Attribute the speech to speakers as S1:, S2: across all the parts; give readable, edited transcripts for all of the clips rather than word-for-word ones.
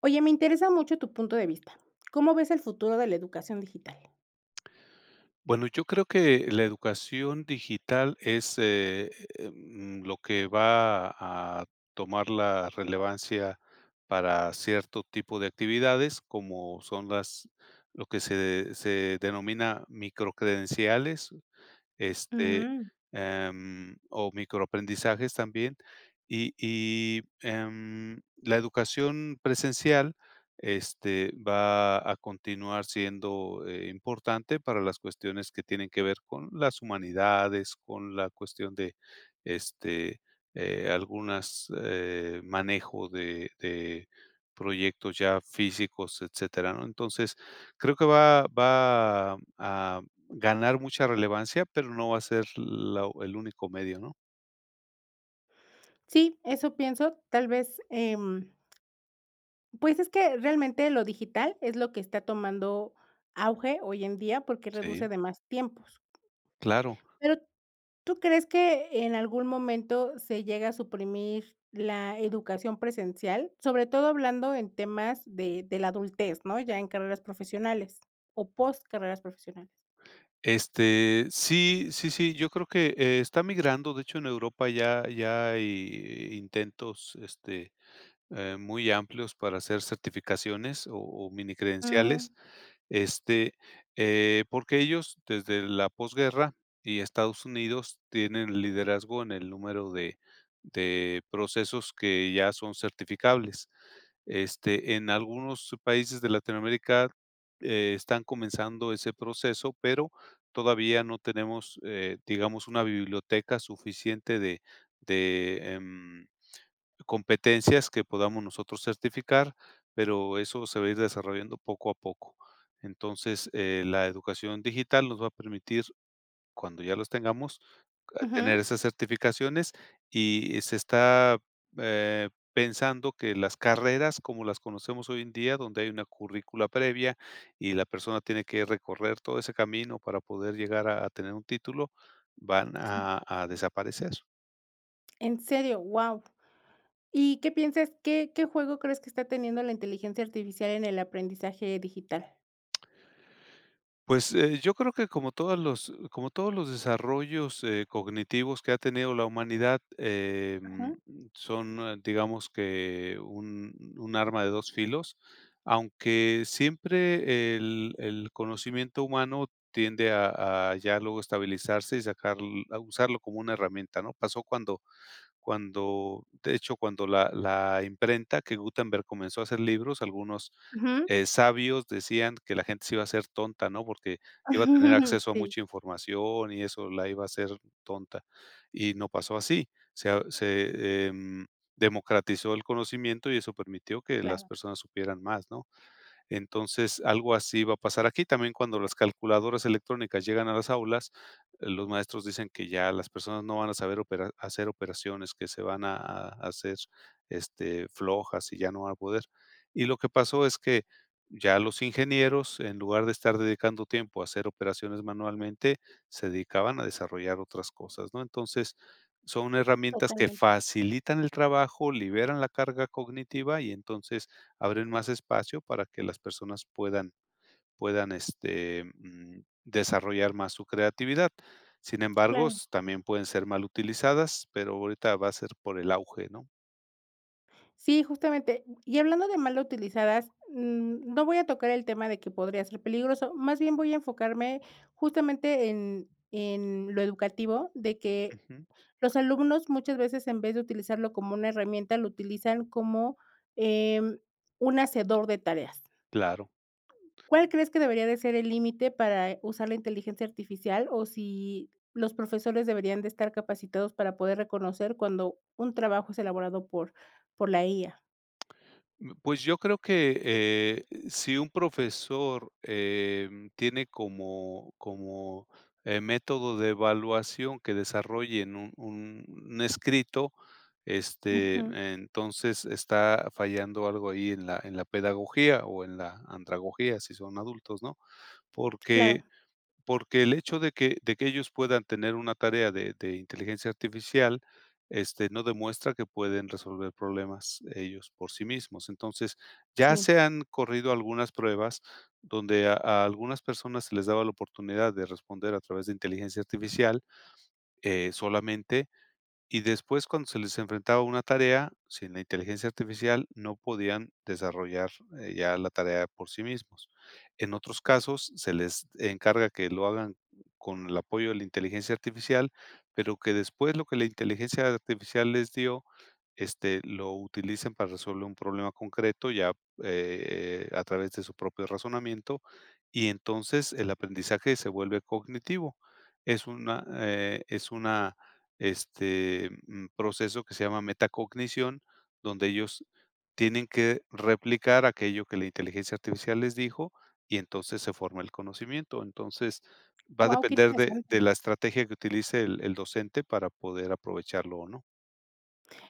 S1: Oye, me interesa mucho tu punto de vista. ¿Cómo ves el futuro de la educación digital?
S2: Bueno, yo creo que la educación digital es, lo que va a tomar la relevancia para cierto tipo de actividades, como son las lo que se denomina microcredenciales, este,
S1: Mm,
S2: o microaprendizajes también. La educación presencial, va a continuar siendo, importante para las cuestiones que tienen que ver con las humanidades, con la cuestión de, este, algunas, manejo de proyectos ya físicos, etcétera, ¿no? Entonces, creo que va a ganar mucha relevancia, pero no va a ser la el único medio, ¿no?
S1: sí, eso pienso. Tal vez, pues es que realmente lo digital es lo que está tomando auge hoy en día porque
S2: Sí,
S1: reduce de más tiempos.
S2: claro.
S1: Pero ¿tú crees que en algún momento se llega a suprimir la educación presencial? Sobre todo hablando en temas de la adultez, ¿no? Ya en carreras profesionales o post carreras profesionales.
S2: Sí, sí, sí, yo creo que, está migrando. De hecho, en Europa ya hay intentos, muy amplios para hacer certificaciones o mini
S1: Mm,
S2: credenciales, este, porque ellos desde la posguerra y Estados Unidos tienen liderazgo en el número de procesos que ya son certificables. En algunos países de Latinoamérica están comenzando ese proceso, pero todavía no tenemos, digamos, una biblioteca suficiente de, competencias que podamos nosotros certificar, pero eso se va a ir desarrollando poco a poco. Entonces, la educación digital nos va a permitir, cuando ya los tengamos, a tener
S1: ujú.
S2: esas certificaciones, y se está pensando que las carreras como las conocemos hoy en día, donde hay una currícula previa y la persona tiene que recorrer todo ese camino para poder llegar a tener un título, van a desaparecer.
S1: En serio, wow. ¿Y qué piensas? ¿Qué juego crees que está teniendo la inteligencia artificial en el aprendizaje digital?
S2: Pues, yo creo que como todos los desarrollos, cognitivos que ha tenido la humanidad,
S1: Ajá.
S2: son, digamos que un arma de dos filos, aunque siempre el conocimiento humano tiende a ya luego estabilizarse y sacar a usarlo como una herramienta, ¿no? Pasó cuando de hecho, cuando la imprenta que Gutenberg comenzó a hacer libros, algunos,
S1: Ujú.
S2: sabios decían que la gente se iba a hacer tonta, ¿no? Porque iba a tener acceso a
S1: Sí,
S2: mucha información y eso la iba a hacer tonta. Y no pasó así. Se democratizó el conocimiento y eso permitió que las
S1: claro,
S2: personas supieran más, ¿no? Entonces, algo así va a pasar aquí. También, cuando las calculadoras electrónicas llegan a las aulas, los maestros dicen que ya las personas no van a saber hacer operaciones, que se van a hacer flojas y ya no van a poder. Y lo que pasó es que ya los ingenieros, en lugar de estar dedicando tiempo a hacer operaciones manualmente, se dedicaban a desarrollar otras cosas, ¿no? Entonces, son herramientas que
S1: totalmente.
S2: facilitan el trabajo, liberan la carga cognitiva y entonces abren más espacio para que las personas puedan desarrollar más su creatividad. Sin embargo,
S1: Claro.
S2: s también pueden ser mal utilizadas, pero ahorita va a ser por el auge, ¿no?
S1: Sí, justamente. Y hablando de mal utilizadas, mm, no voy a tocar el tema de que podría ser peligroso, más bien voy a enfocarme justamente en lo educativo, de que
S2: Ujú,
S1: los alumnos muchas veces en vez de utilizarlo como una herramienta, lo utilizan como, em, un hacedor de tareas.
S2: claro.
S1: ¿Cuál crees que debería de ser el límite para usar la inteligencia artificial, o si los profesores deberían de estar capacitados para poder reconocer cuando un trabajo es elaborado por la IA?
S2: Pues yo creo que, si un profesor, tiene como método de evaluación que desarrollen un escrito, este,
S1: Ujú.
S2: entonces está fallando algo ahí en la pedagogía o en la andragogía, si son adultos, ¿no? Porque
S1: Claro,
S2: porque el hecho de que ellos puedan tener una tarea de inteligencia artificial, no demuestra que pueden resolver problemas ellos por sí mismos. Entonces, ya
S1: sí.
S2: se han corrido algunas pruebas donde a algunas personas se les daba la oportunidad de responder a través de inteligencia artificial, solamente, y después, cuando se les enfrentaba una tarea, sin la inteligencia artificial no podían desarrollar ya la tarea por sí mismos. En otros casos, se les encarga que lo hagan con el apoyo de la inteligencia artificial, pero que después lo que la inteligencia artificial les dio, lo utilicen para resolver un problema concreto ya, a través de su propio razonamiento, y entonces el aprendizaje se vuelve cognitivo. Es una proceso que se llama metacognición, donde ellos tienen que replicar aquello que la inteligencia artificial les dijo y entonces se forma el conocimiento. Entonces, va a
S1: Wow, qué
S2: depender de
S1: interesante.
S2: la estrategia que utilice el docente para poder aprovecharlo o no.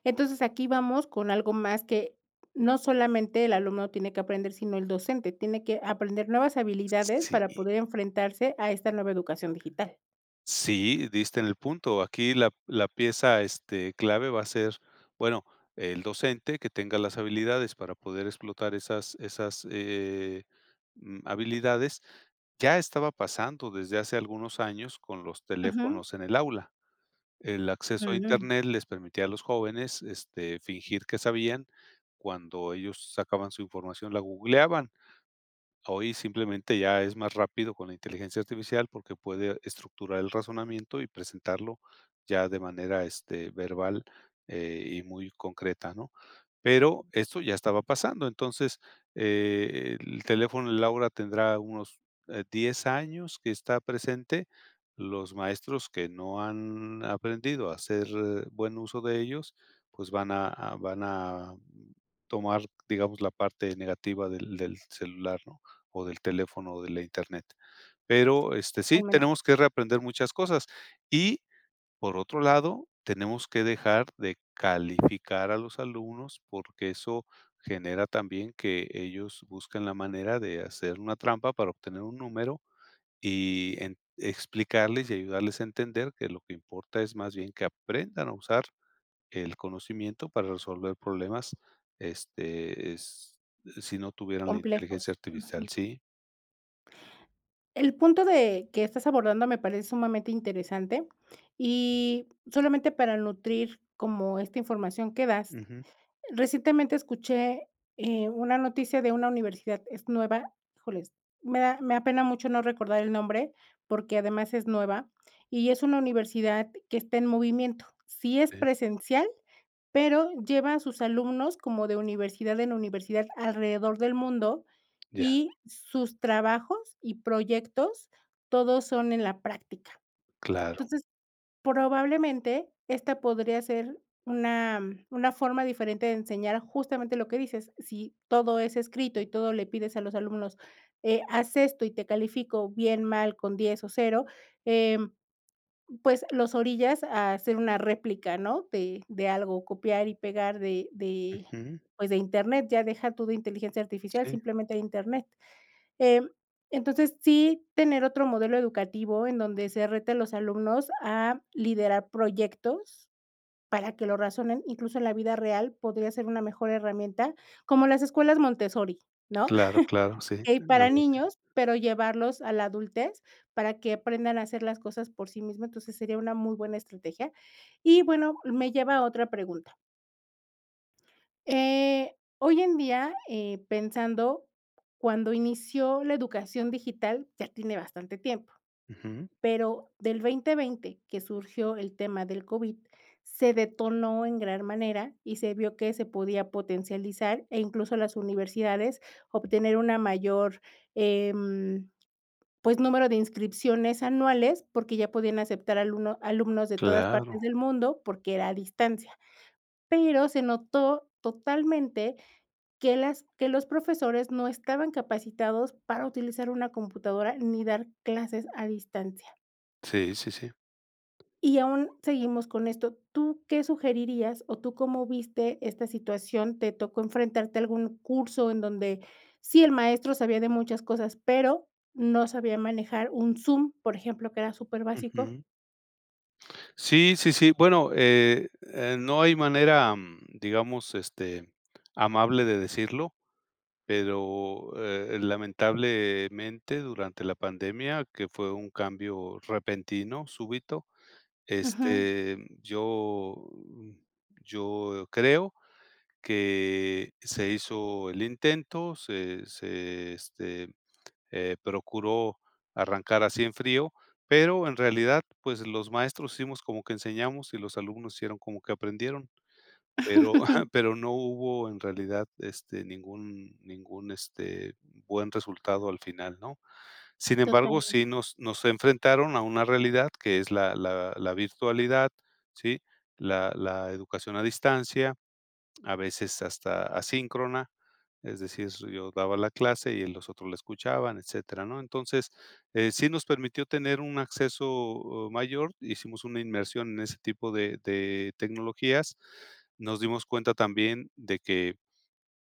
S1: Entonces, aquí vamos con algo más que no solamente el alumno tiene que aprender, sino el docente tiene que aprender nuevas habilidades
S2: Sí,
S1: para poder enfrentarse a esta nueva educación digital.
S2: sí, diste en el punto. Aquí la pieza, clave va a ser, bueno, el docente que tenga las habilidades para poder explotar esas, esas habilidades. Ya estaba pasando desde hace algunos años con los
S1: Ujú,
S2: teléfonos en el aula. El acceso a
S1: mm,
S2: Internet les permitía a los jóvenes, fingir que sabían, cuando ellos sacaban su información, la googleaban. Hoy simplemente ya es más rápido con la inteligencia artificial, porque puede estructurar el razonamiento y presentarlo ya de manera, verbal, y muy concreta, ¿no? Pero esto ya estaba pasando. Entonces, el teléfono de Laura tendrá unos, 10 años que está presente. Los maestros que no han aprendido a hacer buen uso de ellos, pues van a tomar, digamos, la parte negativa del celular, ¿no?, o del teléfono o de la Internet. Pero, sí,
S1: totalmente,
S2: tenemos que reaprender muchas cosas. Y, por otro lado, tenemos que dejar de calificar a los alumnos, porque eso genera también que ellos busquen la manera de hacer una trampa para obtener un número, y en explicarles y ayudarles a entender que lo que importa es más bien que aprendan a usar el conocimiento para resolver problemas, es, si no tuvieran la inteligencia
S1: complejos.
S2: artificial,
S1: Ujú.
S2: sí.
S1: El punto de que estás abordando me parece sumamente interesante y solamente para nutrir como esta información que das,
S2: Ujú.
S1: recientemente escuché, una noticia de una universidad, es nueva, híjoles, me apena mucho no recordar el nombre, porque además es nueva, y es una universidad que está en movimiento. Sí es
S2: Sí,
S1: presencial, pero lleva a sus alumnos como de universidad en universidad alrededor del mundo
S2: ya,
S1: y sus trabajos y proyectos, todos son en la práctica.
S2: claro.
S1: Entonces, probablemente esta podría ser una mm, una forma diferente de enseñar justamente lo que dices, si todo es escrito y todo le pides a los alumnos, haz esto y te califico bien, mal, con 10 o cero. em, pues, los orillas a hacer una réplica, ¿no? De algo, copiar y pegar de,
S2: Ujú,
S1: pues, de Internet, ya deja tú de inteligencia artificial,
S2: sí,
S1: simplemente de Internet. Em, entonces, sí tener otro modelo educativo en donde se rete a los alumnos a liderar proyectos para que lo razonen, incluso en la vida real, podría ser una mejor herramienta, como las escuelas Montessori, ¿no?
S2: claro, claro, sí,
S1: Okey, para
S2: algo así.
S1: niños, pero llevarlos a la adultez para que aprendan a hacer las cosas por sí mismos, entonces sería una muy buena estrategia. Y bueno, me lleva a otra pregunta. Hoy en día, pensando, cuando inició la educación digital, ya tiene bastante tiempo,
S2: Ujú,
S1: pero del 2020, que surgió el tema del COVID, se detonó en gran manera y se vio que se podía potencializar, e incluso las universidades obtener una mayor, em pues, número de inscripciones anuales, porque ya podían aceptar alumnos de todas
S2: claro.
S1: partes del mundo, porque era a distancia. Pero se notó totalmente que las que los profesores no estaban capacitados para utilizar una computadora ni dar clases a distancia.
S2: Sí, sí, sí.
S1: Y aún seguimos con esto, ¿tú qué sugerirías o tú cómo viste esta situación? ¿Te tocó enfrentarte a algún curso en donde sí, el maestro sabía de muchas cosas, pero no sabía manejar un Zoom, por ejemplo, que era superbásico?
S2: Ujú. Sí, sí, sí. Bueno, no hay manera, digamos, amable de decirlo, pero, lamentablemente, durante la pandemia, que fue un cambio repentino, súbito,
S1: Ujú.
S2: este, yo mm, yo creo que se hizo el intento, se procuró arrancar así en frío, pero en realidad, pues, los maestros hicimos como que enseñamos y los alumnos hicieron como que aprendieron, pero pero no hubo en realidad, ningún buen resultado al final, ¿no? Sin embargo,
S1: Totalmente.
S2: sí nos enfrentaron a una realidad que es la virtualidad, ¿sí? La educación a distancia, a veces hasta asíncrona, es decir, yo daba la clase y los otros la escuchaban, etcétera, ¿no? Entonces, sí nos permitió tener un acceso mayor. Hicimos una inmersión en ese tipo de tecnologías. Nos dimos cuenta también de que,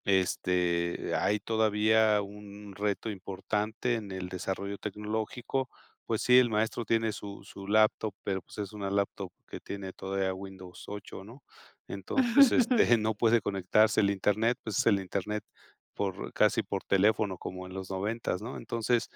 S2: hay todavía un reto importante en el desarrollo tecnológico. Pues sí, el maestro tiene su laptop, pero, pues, es una laptop que tiene todavía Windows 8, ¿no? Entonces, no puede conectarse el Internet, pues, es el Internet por, casi por teléfono, como en los noventas, ¿no? Entonces,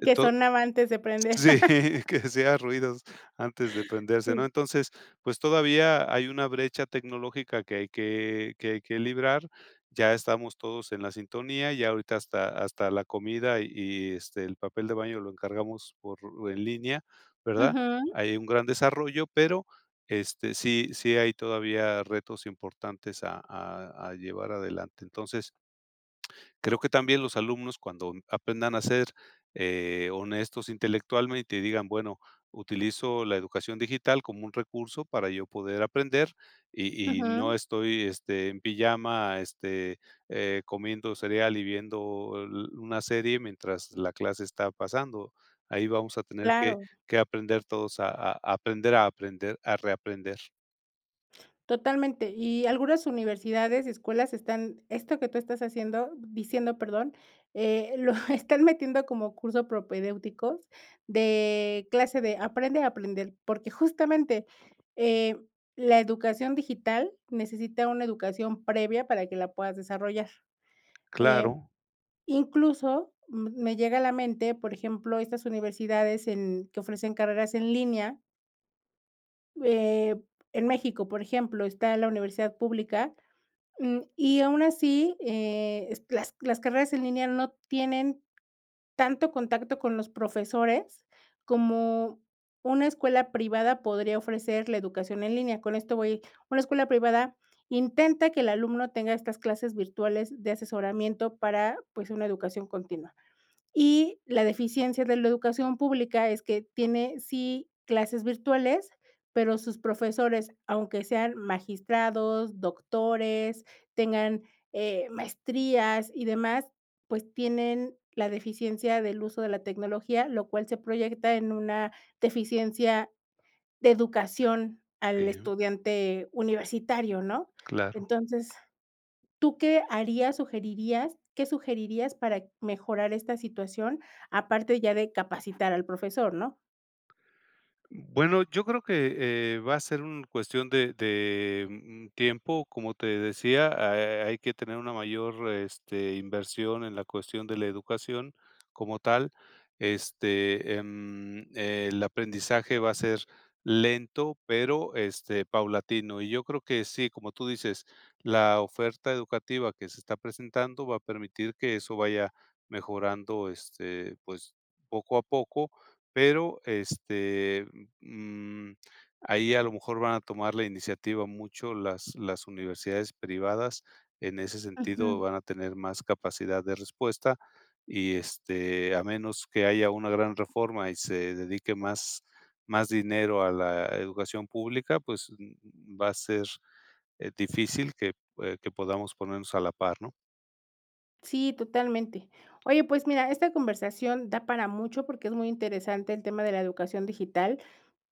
S1: Que
S2: to
S1: sonaba antes de prender.
S2: Sí, que sea ruidos antes de prenderse, ¿no?
S1: Sí.
S2: Entonces, pues todavía hay una brecha tecnológica que hay que librar. Ya estamos todos en la sintonía, ya ahorita hasta la comida y, el papel de baño lo encargamos por en línea, ¿verdad?
S1: Ujú,
S2: Hay un gran desarrollo, pero, sí sí hay todavía retos importantes a llevar adelante. Entonces, creo que también los alumnos, cuando aprendan a ser, honestos intelectualmente y digan, bueno, utilizo la educación digital como un recurso para yo poder aprender, y no
S1: ujú,
S2: estoy, en pijama, comiendo cereal y viendo l una serie mientras la clase está pasando, ahí vamos a tener que
S1: claro.
S2: que aprender todos a aprender a aprender, a reaprender.
S1: Totalmente. Y algunas universidades y escuelas están esto que tú estás haciendo diciendo, perdón, lo están metiendo como curso propedéuticos de clase de aprende a aprender, porque justamente, eh, la educación digital necesita una educación previa para que la puedas desarrollar. Eh,
S2: Claro,
S1: incluso, mm, me llega a la mente, por ejemplo, estas universidades en que ofrecen carreras en línea, eh, en México, por ejemplo, está la universidad pública. Mm, y aún así, es las carreras en línea no tienen tanto contacto con los profesores como una escuela privada podría ofrecer la educación en línea. Con esto voy, una escuela privada intenta que el alumno tenga estas clases virtuales de asesoramiento para, pues, una educación continua. Y la deficiencia de la educación pública es que tiene, sí, clases virtuales, pero sus profesores, aunque sean magistrados, doctores, tengan, maestrías y demás, pues tienen la deficiencia del uso de la tecnología, lo cual se proyecta en una deficiencia de educación al
S2: sí,
S1: estudiante universitario, ¿no?
S2: claro.
S1: Entonces ¿tú qué harías, sugerirías? ¿Qué sugerirías para mejorar esta situación? Aparte ya de capacitar al profesor, ¿no?
S2: Bueno, yo creo que, va a ser una cuestión de tiempo, como te decía. Ha Hay que tener una mayor, inversión en la cuestión de la educación como tal. El aprendizaje va a ser lento, pero, paulatino. Y yo creo que sí, como tú dices, la oferta educativa que se está presentando va a permitir que eso vaya mejorando, pues, poco a poco, pero, Mm, ahí a lo mejor van a tomar la iniciativa mucho las universidades privadas. En ese
S1: Ujú.
S2: sentido, van a tener más capacidad de respuesta y, a menos que haya una gran reforma y se dedique más dinero a la educación pública, pues, va a ser, difícil que podamos ponernos a la par, ¿no?
S1: Sí, totalmente. Oye, pues mira, esta conversación da para mucho porque es muy interesante el tema de la educación digital.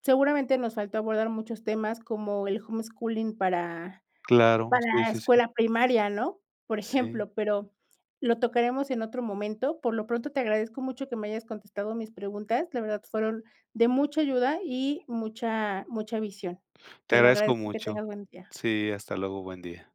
S1: Seguramente nos faltó abordar muchos temas como el homeschooling para
S2: Claro, sí,
S1: Para
S2: sí, sí,
S1: escuela primaria, ¿no? Por
S2: sí.
S1: ejemplo, pero lo tocaremos en otro momento. Por lo pronto, te agradezco mucho que me hayas contestado mis preguntas. La verdad fueron de mucha ayuda y mucha visión.
S2: Te
S1: Te lo
S2: agradezco
S1: agradezco, que
S2: mucho.
S1: tengas buen día.
S2: Sí, hasta luego, buen día.